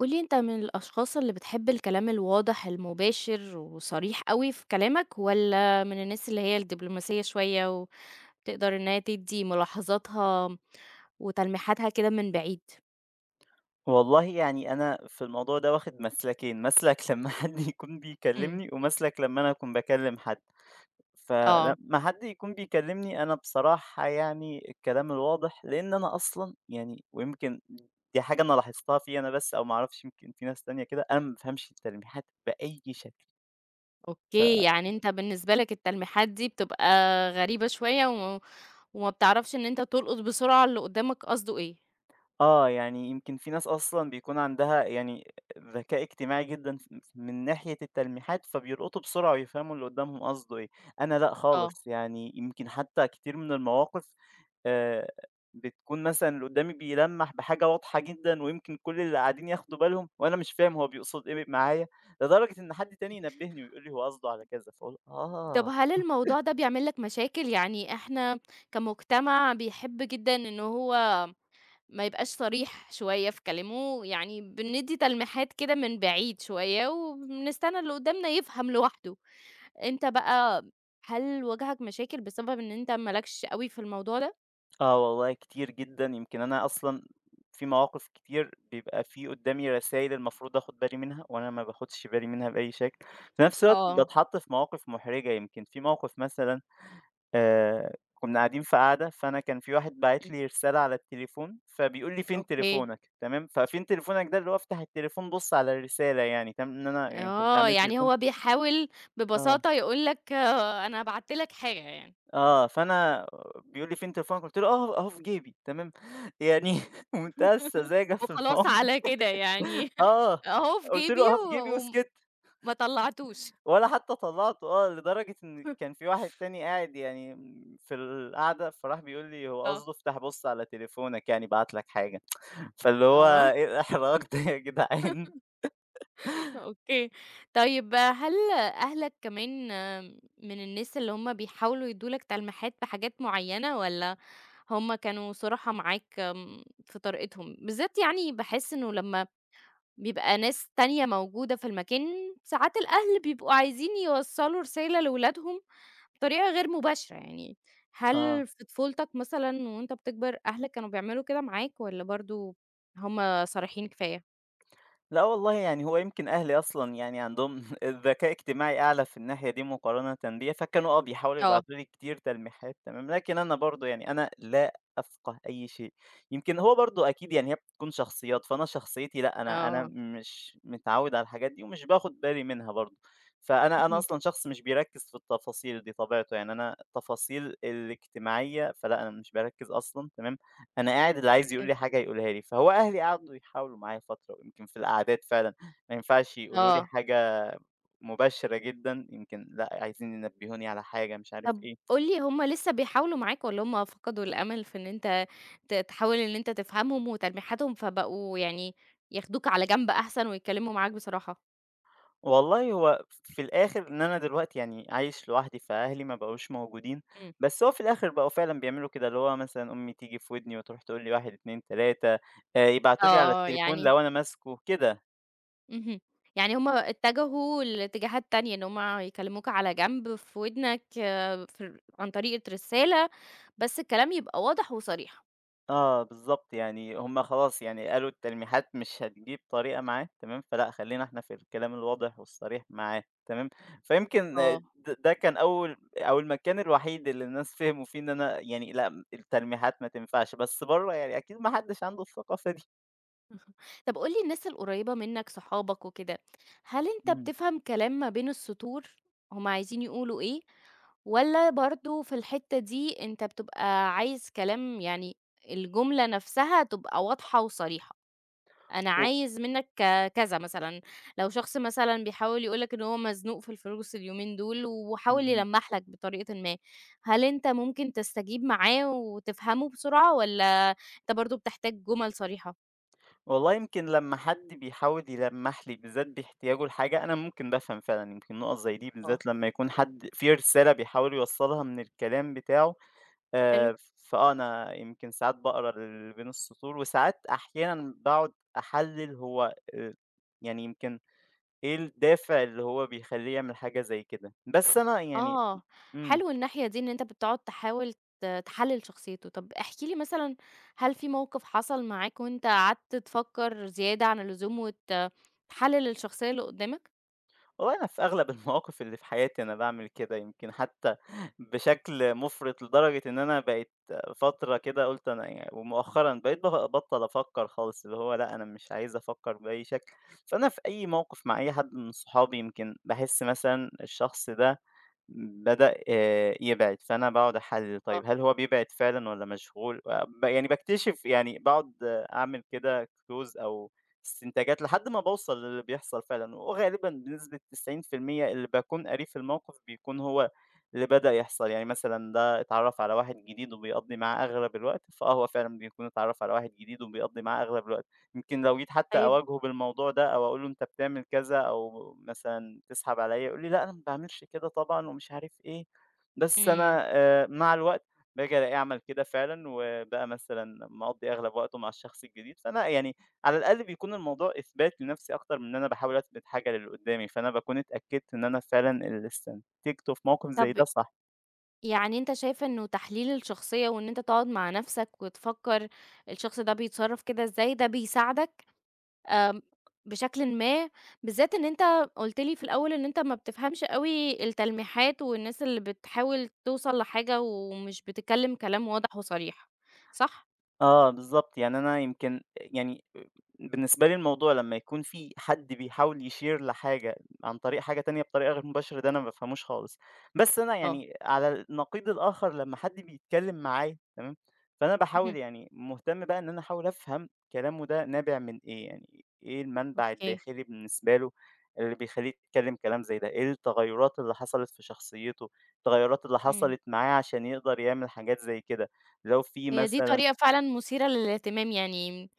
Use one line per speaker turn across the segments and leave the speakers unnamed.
قولي، أنت من الأشخاص اللي بتحب الكلام الواضح المباشر وصريح أوي في كلامك، والّا من الناس اللي هي الدبلوماسية شوية وتقدر إن هي تدّي ملاحظاتها وتلميحاتها كده من بعيد؟
والله يعني أنا في الموضوع ده واخد مسلكين، مسلك لمّا حد يكون
إمم،
بيكلمني، ومسلك لمّا أنا أكون باكلم حد.
آه،
فلمّا حد يكون بيكلمني أنا بصراحة يعني الكلام الواضح، لأن أنا أصلًا يعني ويمكن دي حاجة أنا لاحظتها فيّا أنا بس أو ما أعرفش يمكن في ناس تانية كده، أنا ما بافهمش التلميحات بأي شكل. ف
أوكي، يعني أنت بالنسبة لك التلميحات دي بتبقى غريبة شوية و وما بتعرفش إن أنت تلقط بسرعة اللي قدّامك قصده إيه،
آه، يعني يمكن في ناس أصلًا بيكون عندها يعني ذكاء اجتماعي جدًا من ناحية التلميحات، فبيلقطوا بسرعة ويفهموا اللي قدّامهم قصده إيه، أنا لأ
آه،
خالص، يعني يمكن حتى كتير من المواقف آآ، بتكون مثلًا اللي قدّامي بيلمّح بحاجة واضحة جدًا ويمكن كل اللي قاعدين ياخدوا بالهم وأنا مش فاهم هو بيقصد إيه معايا، لدرجة إن حد تاني
إمم.
ينبهني ويقول لي هو قصده على كذا، فاقول
طب
آه.
هل الموضوع ده بيعمل لك مشاكل؟ يعني إحنا كمجتمع بيحب جدًا إن هو ما يبقاش صريح شوية في كلامه، يعني بندّي تلميحات كده من بعيد شوية، وبنستنى اللي قدّامنا يفهم لوحده. أنت بقى، هل واجهك مشاكل بسبب إن أنت ما لكش أوي في الموضوع ده؟
آه والله كتير جدًا، يمكن أنا أصلًا في مواقف كتير بيبقى في قدّامي رسايل المفروض آخُد بالي منها وأنا ما باخدش بالي منها بأي شكل، في نفس الوقت
آه،
باتحط في مواقف محرجة، يمكن في موقف مثلًا كنا قاعدين في قعدة فأنا كان في واحد باعت
إمم،
لي رسالة على التليفون، فبيقول لي: "فين
أوكي.
تليفونك؟" تمام، ففين تليفونك ده اللي هو افتح التليفون بُص على الرسالة يعني، تمام، إن أنا يعني كنت
آه،
عامل
يعني
تليفون
هو بيحاول
آه.
ببساطة يقول لك آه، أنا بعتّ لك حاجة يعني،
آه، فأنا بيقول لي: "فين تليفونك؟" قُلت له: "أهو أهو في جيبي." تمام، يعني منتهى السذاجة في
وخلاص
الموقف.
على كده يعني
آه،
أهو في
قُلت
جيبي
له: "أهو في
و
جيبي." وسكِت،
وما طلعتوش.
ولا حتى طلّعته، لدرجة إن كان في واحد تاني قاعد يعني في القعدة، فراح بيقول لي: "هو
آه،
قصده افتح بُص على تليفونك يعني بعت لك حاجة." فاللي هو
آه.
إيه الإحراج ده يا جدعان؟
أوكي. طيب هل أهلك كمان من الناس اللي هم بيحاولوا يدّوا لك تلميحات بحاجات معيّنة والّا هم كانوا صُرحا معاك في طريقتهم؟ بالذات يعني باحس إنه لمّا بيبقى ناس تانية موجودة في المكان، ساعات الأهل بيبقوا عايزين يوصّلوا رسالة لولادهم بطريقة غير مباشرة يعني.
آه.
هل في طفولتك مثلًا وأنت بتكبر أهلك كانوا بيعملوا كده معاك والّا برضه هم صريحين كفاية؟
لأ والله، يعني هو يمكن أهلي أصلًا يعني عندهم ذكاء اجتماعي أعلى في الناحية دي مقارنةً بيّا، فكانوا بيحاولوا
آه،
يبعتوا لي كتير تلميحات تمام، لكن أنا برضه يعني أنا لا أفقه أي شيء. يمكن هو برضه أكيد يعني هي بتكون شخصيات، فأنا شخصيتي لأ، أنا
آه.
مش متعوّد على الحاجات دي ومش باخد بالي منها برضه. فأنا
اهم.
أصلًا شخص مش بيركّز في التفاصيل دي طبيعته، يعني أنا التفاصيل الاجتماعية فلأ، أنا مش باركّز أصلًا تمام، أنا قاعد اللي عايز يقول لي حاجة يقولها لي، فهو أهلي قعدوا يحاولوا معايا فترة، ويمكن في القعدات فعلًا ما ينفعش يقولوا لي
آه.
حاجة مباشرة جدًا، يمكن لأ عايزين ينبهوني على حاجة مش عارف
طب
إيه،
قُل لي، هُم لسه بيحاولوا معاك والّا هُم فقدوا الأمل في إن أنت تحاول إن أنت تفهمهم وتلميحاتهم، فبقوا يعني ياخدوك على جنب أحسن ويتكلموا معاك بصراحة؟
والله هو في الآخر إن أنا دلوقتي يعني عايش لوحدي، فأهلي ما بقوش موجودين،
إمم.
بس هو في الآخر بقوا فعلًا بيعملوا كده، اللي هو مثلًا أمي تيجي في ودني وتروح تقول لي 1، 2، 3
آه،
يبعتوا لي على
آه،
التليفون
يعني
لو أنا ماسكه كده.
اهم، يعني هُم اتجهوا لاتجاهات تانية، إن هُم يكلموك على جنب في ودنك آه، في عن طريقة رسالة، بس الكلام يبقى واضح وصريح.
آه، بالضبط، يعني هم خلاص يعني قالوا التلميحات مش هتجيب طريقة معاه تمام، فلأ خلّينا إحنا في الكلام الواضح والصريح معاه تمام، فيمكن آه،
آه.
د ده كان أول أو المكان الوحيد اللي الناس فهموا فيه إن أنا يعني لأ، التلميحات ما تنفعش، بس برّه يعني أكيد ما حدش عنده الثقافة دي.
طب قُل لي الناس القريّبة منّك صحابك وكده، هل أنت
إمم.
بتفهم كلام ما بين السطور هم عايزين يقولوا إيه، والّا برضه في الحتّة دي أنت بتبقى عايز كلام يعني الجملة نَفْسها تبقى واضحة وصريحة، أنا
و
عايز منّك كذا مثلًا، لو شخص مثلًا بيحاول يقول لك إن هو مزنوق في الفلوس اليومين دول وحاول
اهم.
يلمّح لك بطريقةٍ ما، هل أنت ممكن تستجيب معاه وتفهمه بسرعة والّا أنت برضه بتحتاج جُمل صريحة؟
والله يمكن لمّا حد بيحاول يلمّح لي بالذات باحتياجه لحاجة، أنا ممكن بافهم فعلًا، يمكن نُقط زي دي
آه،
بالذات لمّا يكون حد في رسالة بيحاول يوصّلها من الكلام بتاعه،
حلو.
فآه أنا يمكن ساعات باقرا اللي بين السطور، وساعات أحيانًا باقعد أحلّل هو، يعني يمكن إيه الدافع اللي هو بيخلّيه يعمل حاجة زي كده، بس أنا يعني
آه،
إمم.
حلو الناحية دي إن أنت بتقعد تحاول تحلل شخصيته، طب احكِ لي مثلًا، هل في موقف حصل معاك وأنت قعدت تفكر زيادة عن اللزوم وت تحلل الشخصية اللي قدامك؟
والله أنا في أغلب المواقف اللي في حياتي أنا باعمل كده، يمكن حتى بشكل مُفرط لدرجة إن أنا بقيت فترة كده قُلت أنا ومؤخرًا بقيت بابطّل أفكّر خالص، اللي هو لأ، أنا مش عايز أفكّر بأي شكل، فأنا في أي موقف مع أي حد من صحابي يمكن باحس مثلًا الشخص ده بدأ يبعد، فأنا باقعد أحلِّل
آه،
طيب هل هو بيبعد فعلًا والّا مشغول؟ ب يعني باكتشف يعني باقعد أعمل كده close أو استنتاجات لحد ما باوصل للي بيحصل فعلًا، وغالبًا بنسبة 90% اللي باكون قاريه في الموقف بيكون هو اللي بدأ يحصل، يعني مثلًا ده اتعرّف
آه،
على واحد جديد وبيقضّي معاه أغلب الوقت، فهو فعلًا بيكون اتعرّف على واحد جديد وبيقضّي معاه أغلب الوقت، يمكن لو جيت حتى
طيب
أواجهه بالموضوع ده أو أقول له أنت بتعمل كذا أو مثلًا تسحب عليَّ يقول لي: "لأ، أنا ما باعملش كده طبعًا." ومش عارف إيه، بس
إمم،
أنا مع الوقت باجي ألاقيه عمل كده فعلًا وبقى مثلًا مقضّي أغلب وقته مع الشخص الجديد، فأنا يعني على الأقل بيكون الموضوع إثبات لنفسي أكتر من إن أنا باحاول أثبت حاجة للي قدّامي، فأنا باكون اتأكدت إن أنا فعلًا اللي استنتجته في موقف زي
طب
ده صح.
يعني أنت شايف إنه تحليل الشخصية وإن أنت تقعد مع نفسك وتفكر الشخص ده بيتصرف كده إزاي، ده بيساعدك آمم، بشكلٍ ما، بالذات إن أنت قُلت لي في الأول إن أنت ما بتفهمش أوي التلميحات والناس اللي بتحاول توصل لحاجة ومش بتتكلم كلام واضح وصريح، صح؟
آه بالضبط، يعني أنا يمكن يعني بالنسبة لي الموضوع لمّا يكون في حد بيحاول يشير لحاجة عن طريق حاجة تانية بطريقة غير مباشرة، ده أنا ما بافهموش خالص، بس أنا
آه،
يعني على النقيض الآخر لمّا حد بيتكلم معايا تمام، فأنا
اهم،
باحاول يعني مهتم بقى إن أنا أحاول أفهم كلامه ده نابع من إيه، يعني إيه المنبع
أوكي،
الداخلي بالنسبة له اللي بيخلّيه يتكلم كلام زي ده، إيه التغيُّرات اللي حصلت في شخصيته، التغيُّرات اللي
إمم،
حصلت معاه عشان يقدر يعمل حاجات زي كده، لو في
هي دي
مثلًا
طريقة فعلًا مثيرة للاهتمام يعني،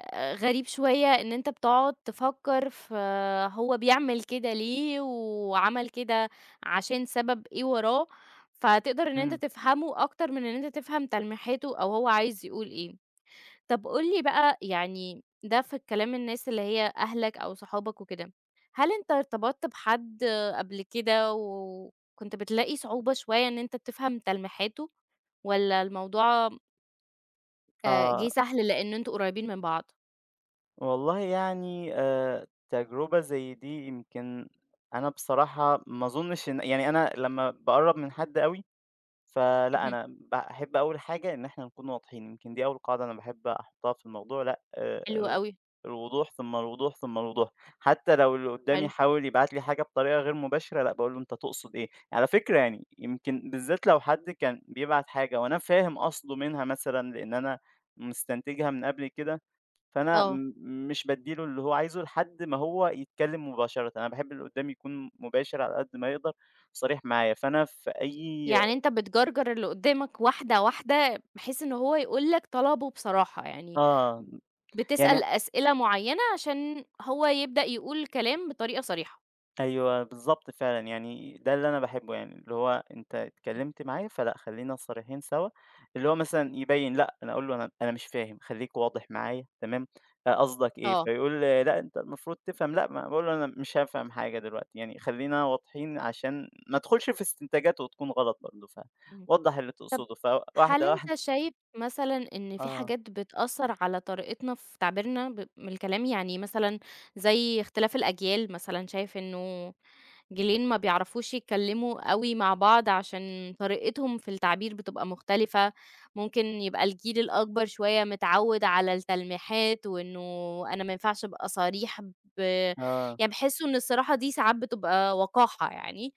غريب شوية إن أنت بتقعد تفكر في آه، هو بيعمل كده ليه وعمل كده عشان سبب إيه وراه، فتقدر إن أنت
إمم.
تفهمه أكتر من إن أنت تفهم تلميحاته أو هو عايز يقول إيه. طب قُل لي بقى، يعني ده في الكلام الناس اللي هي أهلك أو صحابك وكده، هل أنت ارتبطت بحد قبل كده وكنت بتلاقي صعوبة شوية إن أنت تفهم تلميحاته والّا الموضوع جِه
آه،
سهل لإن أنتم قريبين من بعض؟
والله يعني، تجربة زي دي يمكن أنا بصراحة ما أظنش إن يعني أنا لمّا باقرّب من حد أوي، فلأ
اهم،
أنا باحب أول حاجة إن إحنا نكون واضحين، يمكن دي أول قاعدة أنا باحب أحطها في الموضوع، لأ،
حلو
ال
أوي،
الوضوح ثم الوضوح ثم الوضوح، حتى لو اللي قدّامي
حلو،
حاول يبعت لي حاجة بطريقة غير مباشرة، لأ باقول له أنت تقصد إيه؟ على فكرة يعني يمكن بالذات لو حد كان بيبعت حاجة وأنا فاهم قصده منها مثلًا لإن أنا مستنتجها من قبل كده فأنا
آه،
م مش بادّي له اللي هو عايزه لحد ما هو يتكلّم مباشرةً، أنا باحب اللي قدّامي يكون مباشر على قد ما يقدر، صريح معايا، فأنا في أي
يعني أنت بتجرجر اللي قدامك واحدة، واحدة بحيث إن هو يقول لك طلبه بصراحة، يعني
آه، يعني
بتسأل أسئلة معينة عشان هو يبدأ يقول كلام بطريقة صريحة.
أيوه بالضبط فعلًا، يعني ده اللي أنا باحبه يعني، اللي هو أنت
إمم،
اتكلمت معايا فلأ خلّينا صريحين سوا، اللي هو مثلًا يبيّن لأ، أنا أقول له أنا مش فاهم خلّيك واضح معايا تمام، قصدك إيه؟
آه،
فيقول لي لأ أنت المفروض تفهم، لأ ما باقول له أنا مش هافهم حاجة دلوقتي، يعني خلّينا واضحين عشان ما ادخلش في استنتاجات وتكون غلط برضه،
اهم.
فوضّح اللي تقصده
هل
فواحدة واحدة.
أنت شايف مثلًا إن في
آه،
حاجات بتأثّر على طريقتنا في تعبيرنا من الكلام؟ يعني مثلًا زي اختلاف الأجيال مثلًا، شايف إنه جيلين ما بيعرفوش يتكلموا أوي مع بعض عشان طريقتهم في التعبير بتبقى مختلفة، ممكن يبقى الجيل الأكبر شوية متعوّد على التلميحات وإنه أنا ما ينفعش أبقى صريح
آه،
يعني بيحسّوا إن الصراحة دي ساعات بتبقى وقاحة يعني،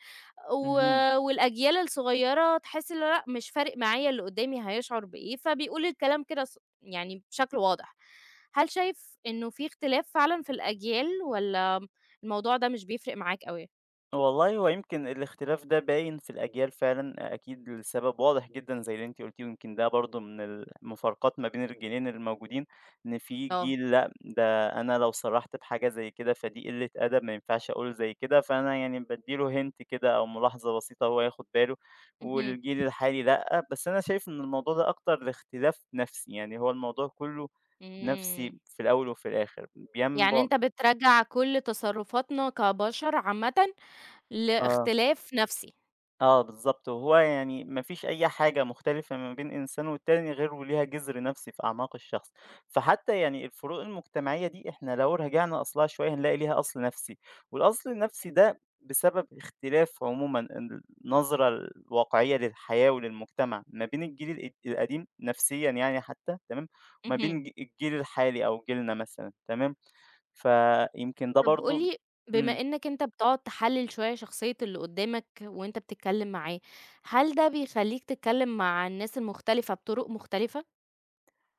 و
اهم.
والأجيال الصغيّرة تحس اللي هو لأ مش فارق معايا اللي قدّامي هيشعر بإيه، فبيقول الكلام كده يعني بشكل واضح. هل شايف إنه في اختلاف فعلًا في الأجيال والّا الموضوع ده مش بيفرق معاك أوي؟
والله هو يمكن الاختلاف ده باين في الأجيال فعلًا، أكيد لسبب واضح جدًا زي اللي أنتِ قلتيه، ويمكن ده برضه من المفارقات ما بين الجيلين الموجودين، إن في
آه،
جيل لأ، ده أنا لو صرحت بحاجة زي كده فدي قلة أدب ما ينفعش أقول زي كده، فأنا يعني بادّي له hint كده أو ملاحظة بسيطة هو ياخد باله،
اهم،
والجيل الحالي لأ، بس أنا شايف إن الموضوع ده أكتر لاختلاف نَفْسي، يعني هو الموضوع كُلّه نَفْسي
إمم،
في الأول وفي الآخر
يعني
بينبع
أنت بتراجع كل تصرفاتنا كبشر عامةً
آه.
لاختلاف نَفْسي،
آه بالضبط، وهو يعني ما فيش أي حاجة مختلفة ما بين إنسان والتاني غير وليها جذر نفسي في أعماق الشخص، فحتى يعني الفروق المجتمعية دي إحنا لو رجعنا أصلها شوية هنلاقي ليها أصل نفسي، والأصل النفسي ده بسبب اختلاف عمومًا النظرة الواقعية للحياة وللمجتمع ما بين الجيل القديم نفسيًا يعني حتى تمام، وما
اهم،
بين الجيل الحالي أو جيلنا مثلًا تمام، فيمكن ده
طَب قُل
برضه
لي،
إمم.
بما إنّك أنت بتقعد تحلّل شوية شخصية اللي قدّامك وأنت بتتكلّم معاه، هل ده بيخلّيك تتكلّم مع الناس المختلفة بطُرق مختلفة؟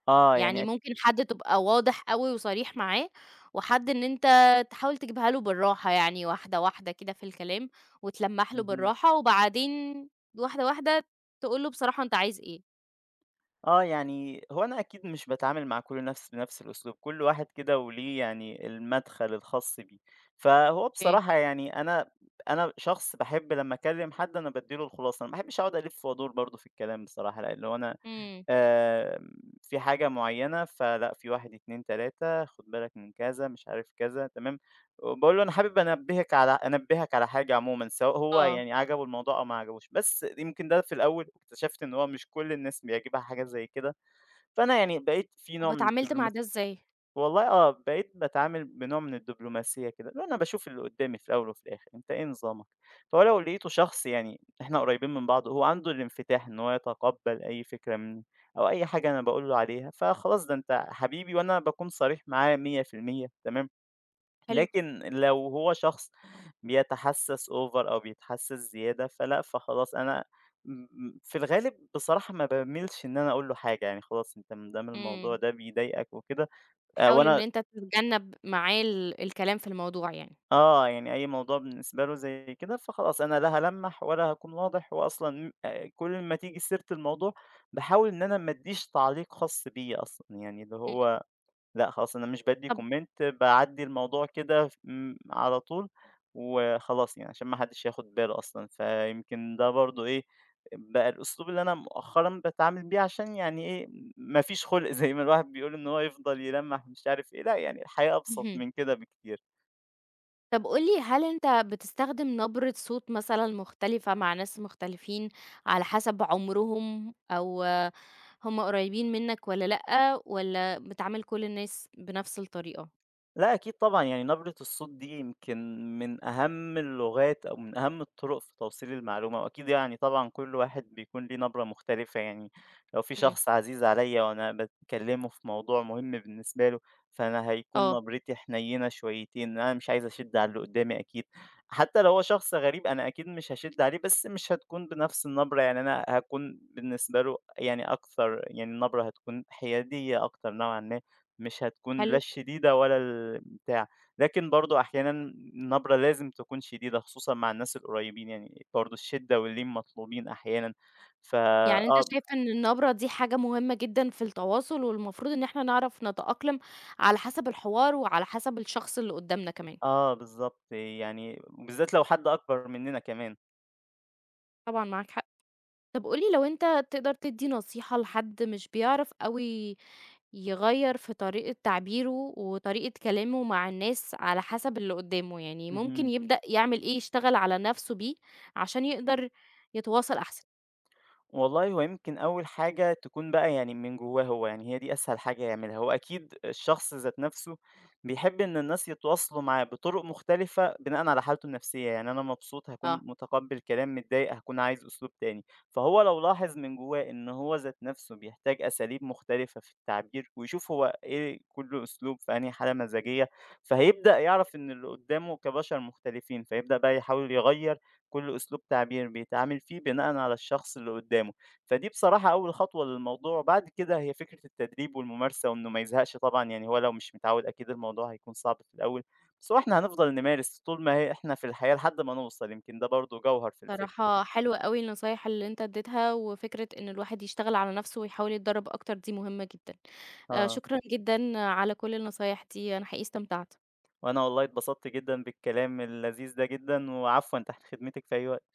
آه، يعني
يعني ممكن حد تبقى واضح أوي وصريح معاه، وحد إن أنت تحاول تجيبها له بالراحة يعني واحدة، واحدة كده في الكلام، وتلمّح له
اهم.
بالراحة، وبعدين واحدة، واحدة تقول له بصراحة أنت عايز إيه.
آه، يعني هو أنا أكيد مش باتعامل مع كُلّ نفس بنفس الأسلوب، كُلّ واحد كده وليه يعني المدخل الخاص بيه، فهو
أوكي.
بصراحة يعني أنا شخص باحب لمّا أكلّم حد أنا بادّي له الخلاصة، أنا ما باحبش أقعد ألِف وأدور برضه في الكلام بصراحة، لأ اللي هو أنا،
إمم،
آمم، في حاجة معيّنة فلأ في 1، 2، 3 خُد بالك من كذا، مش عارف كذا، تمام، وباقول له أنا حابب أنبّهِك على أنبّهك على حاجة عمومًا، سواء هو
آه.
يعني عجبه الموضوع أو ما عجبوش، بس يمكن ده في الأول اكتشفت إن هو مش كل الناس بيعجبها حاجة زي كده، فأنا يعني بقيت في
طب
نوع من
واتعاملت مع
الدبلوما
ده إزاي؟
والله آه، بقيت باتعامل بنوع من الدبلوماسية كده، اللي هو أنا باشوف اللي قدّامي في الأول وفي الآخر، أنت إيه نظامك؟ فهو لو لقيته شخص يعني إحنا قريبين من بعض، هو عنده الانفتاح إن هو يتقبّل أي فكرة منّي أو أي حاجة أنا باقول له عليها، فخلاص ده أنت حبيبي وأنا باكون صريح معاه 100% تمام،
حلو،
لكن لو هو شخص بيتحسّس over أو بيتحسّس زيادة، فلأ، فخلاص أنا م في الغالب بصراحة ما باميلش إن أنا أقول له حاجة، يعني خلاص أنت ما دام الموضوع
إمم.
ده بيضايقك وكده،
حاول إن
وأنا
أنت تتجنب معاه الكلام في الموضوع يعني.
آه، يعني أي موضوع بالنسبة له زي كده، فخلاص أنا لا هالمّح ولا هاكون واضح، وأصلًا كل ما تيجي سيرة الموضوع باحاول إن أنا ما أدّيش تعليق خاص بيّا أصلًا، يعني اللي
إمم.
هو لأ خلاص أنا مش بادّي
طب
comment باعدّي الموضوع كده ف م على طول وخلاص يعني عشان ما حدّش ياخد باله أصلًا، فيمكن ده برضه إيه، بقى الأسلوب اللي أنا مؤخرًا باتعامل بيه عشان يعني إيه، ما فيش خُلْق زي ما الواحد بيقول إن هو يفضل يلمّح مش عارف إيه، لأ يعني الحياة أبسط
اهم.
من كده بكتير.
طب قُل لي، هل أنت بتستخدم نبرة صوت مثلًا مختلفة مع ناس مختلفين على حسب عمرهم أو هم قريبين منك والّا لأ، والّا بتعامل كل الناس بنفس الطريقة؟
لأ أكيد طبعًا، يعني نبرة الصوت دي يمكن من أهم اللغات أو من أهم الطرق في توصيل المعلومة، وأكيد يعني طبعًا كل واحد بيكون ليه نبرة مختلفة، يعني لو في
إمم،
شخص عزيز عليّا وأنا باكلمه في موضوع مهم بالنسبة له، فأنا هيكون
آه،
نبرتي حنينة شويتين، أنا مش عايز أشِد على اللي قدامي أكيد، حتى لو هو شخص غريب أنا أكيد مش هاشِد عليه، بس مش هتكون بنفس النبرة، يعني أنا هاكون بالنسبة له يعني أكثر يعني النبرة هتكون حيادية أكتر نوعًا ما. مش هتكون
حلو.
لا الشديدة ولا البتاع، لكن برضه أحيانًا النبرة لازم تكون شديدة خصوصًا مع الناس القريبين، يعني برضه الشدة واللين مطلوبين أحيانًا، فا
يعني أنت
آه،
شايف إن النبرة دي حاجة مهمة جدًا في التواصل، والمفروض إن إحنا نعرف نتأقلم على حسب الحوار، وعلى حسب الشخص اللي قدامنا كمان.
آه بالضبط، يعني وبالذات لو حد أكبر مننا كمان.
طبعًا معاك حق. طب قُل لي، لو أنت تقدر تدّي نصيحة لحد مش بيعرف أوي يغيّر في طريقة تعبيره، وطريقة كلامه مع الناس على حسب اللي قدامه، يعني ممكن
اهم.
يبدأ يعمل إيه، يشتغل على نفسه بيه عشان يقدر يتواصل أحسن؟
والله هو يمكن أول حاجة تكون بقى يعني من جواه هو، يعني هي دي أسهل حاجة يعملها، هو أكيد الشخص ذات نفسه بيحب إن الناس يتواصلوا معاه بطرق مختلفة بناءً على حالته النفسية، يعني أنا مبسوط هاكون
آه.
متقبّل كلام، متضايق هاكون عايز أسلوب تاني، فهو لو لاحظ من جواه إن هو ذات نفسه بيحتاج أساليب مختلفة في التعبير ويشوف هو إيه كل أسلوب في أنهي حالة مزاجية، فهيبدأ يعرف إن اللي قدّامه كبشر مختلفين، فيبدأ بقى يحاول يغيّر كل أسلوب تعبير بيتعامل فيه بناءً على الشخص اللي قدّامه، فدي بصراحة أول خطوة للموضوع، بعد كده هي فكرة التدريب والممارسة وإنه ما يزهقش طبعًا، يعني هو لو مش متعوّد أكيد الموضوع هيكون صعب في الأول، بس هو إحنا هنفضل نمارس طول ما هي إحنا في الحياة لحد ما نوصل، يمكن ده برضه جوهر في الفكرة.
بصراحة حلوة أوي النصايح اللي أنت اديتها، وفكرة إن الواحد يشتغل على نفسه ويحاول يتدرب أكتر دي مهمة جدًا.
آه،
شكرًا جدًا على كل النصايح دي، أنا حقيقي استمتعت.
وأنا والله اتبسطت جدًا بالكلام اللذيذ ده جدًا، وعفوًا تحت خدمتِك في أي وقت.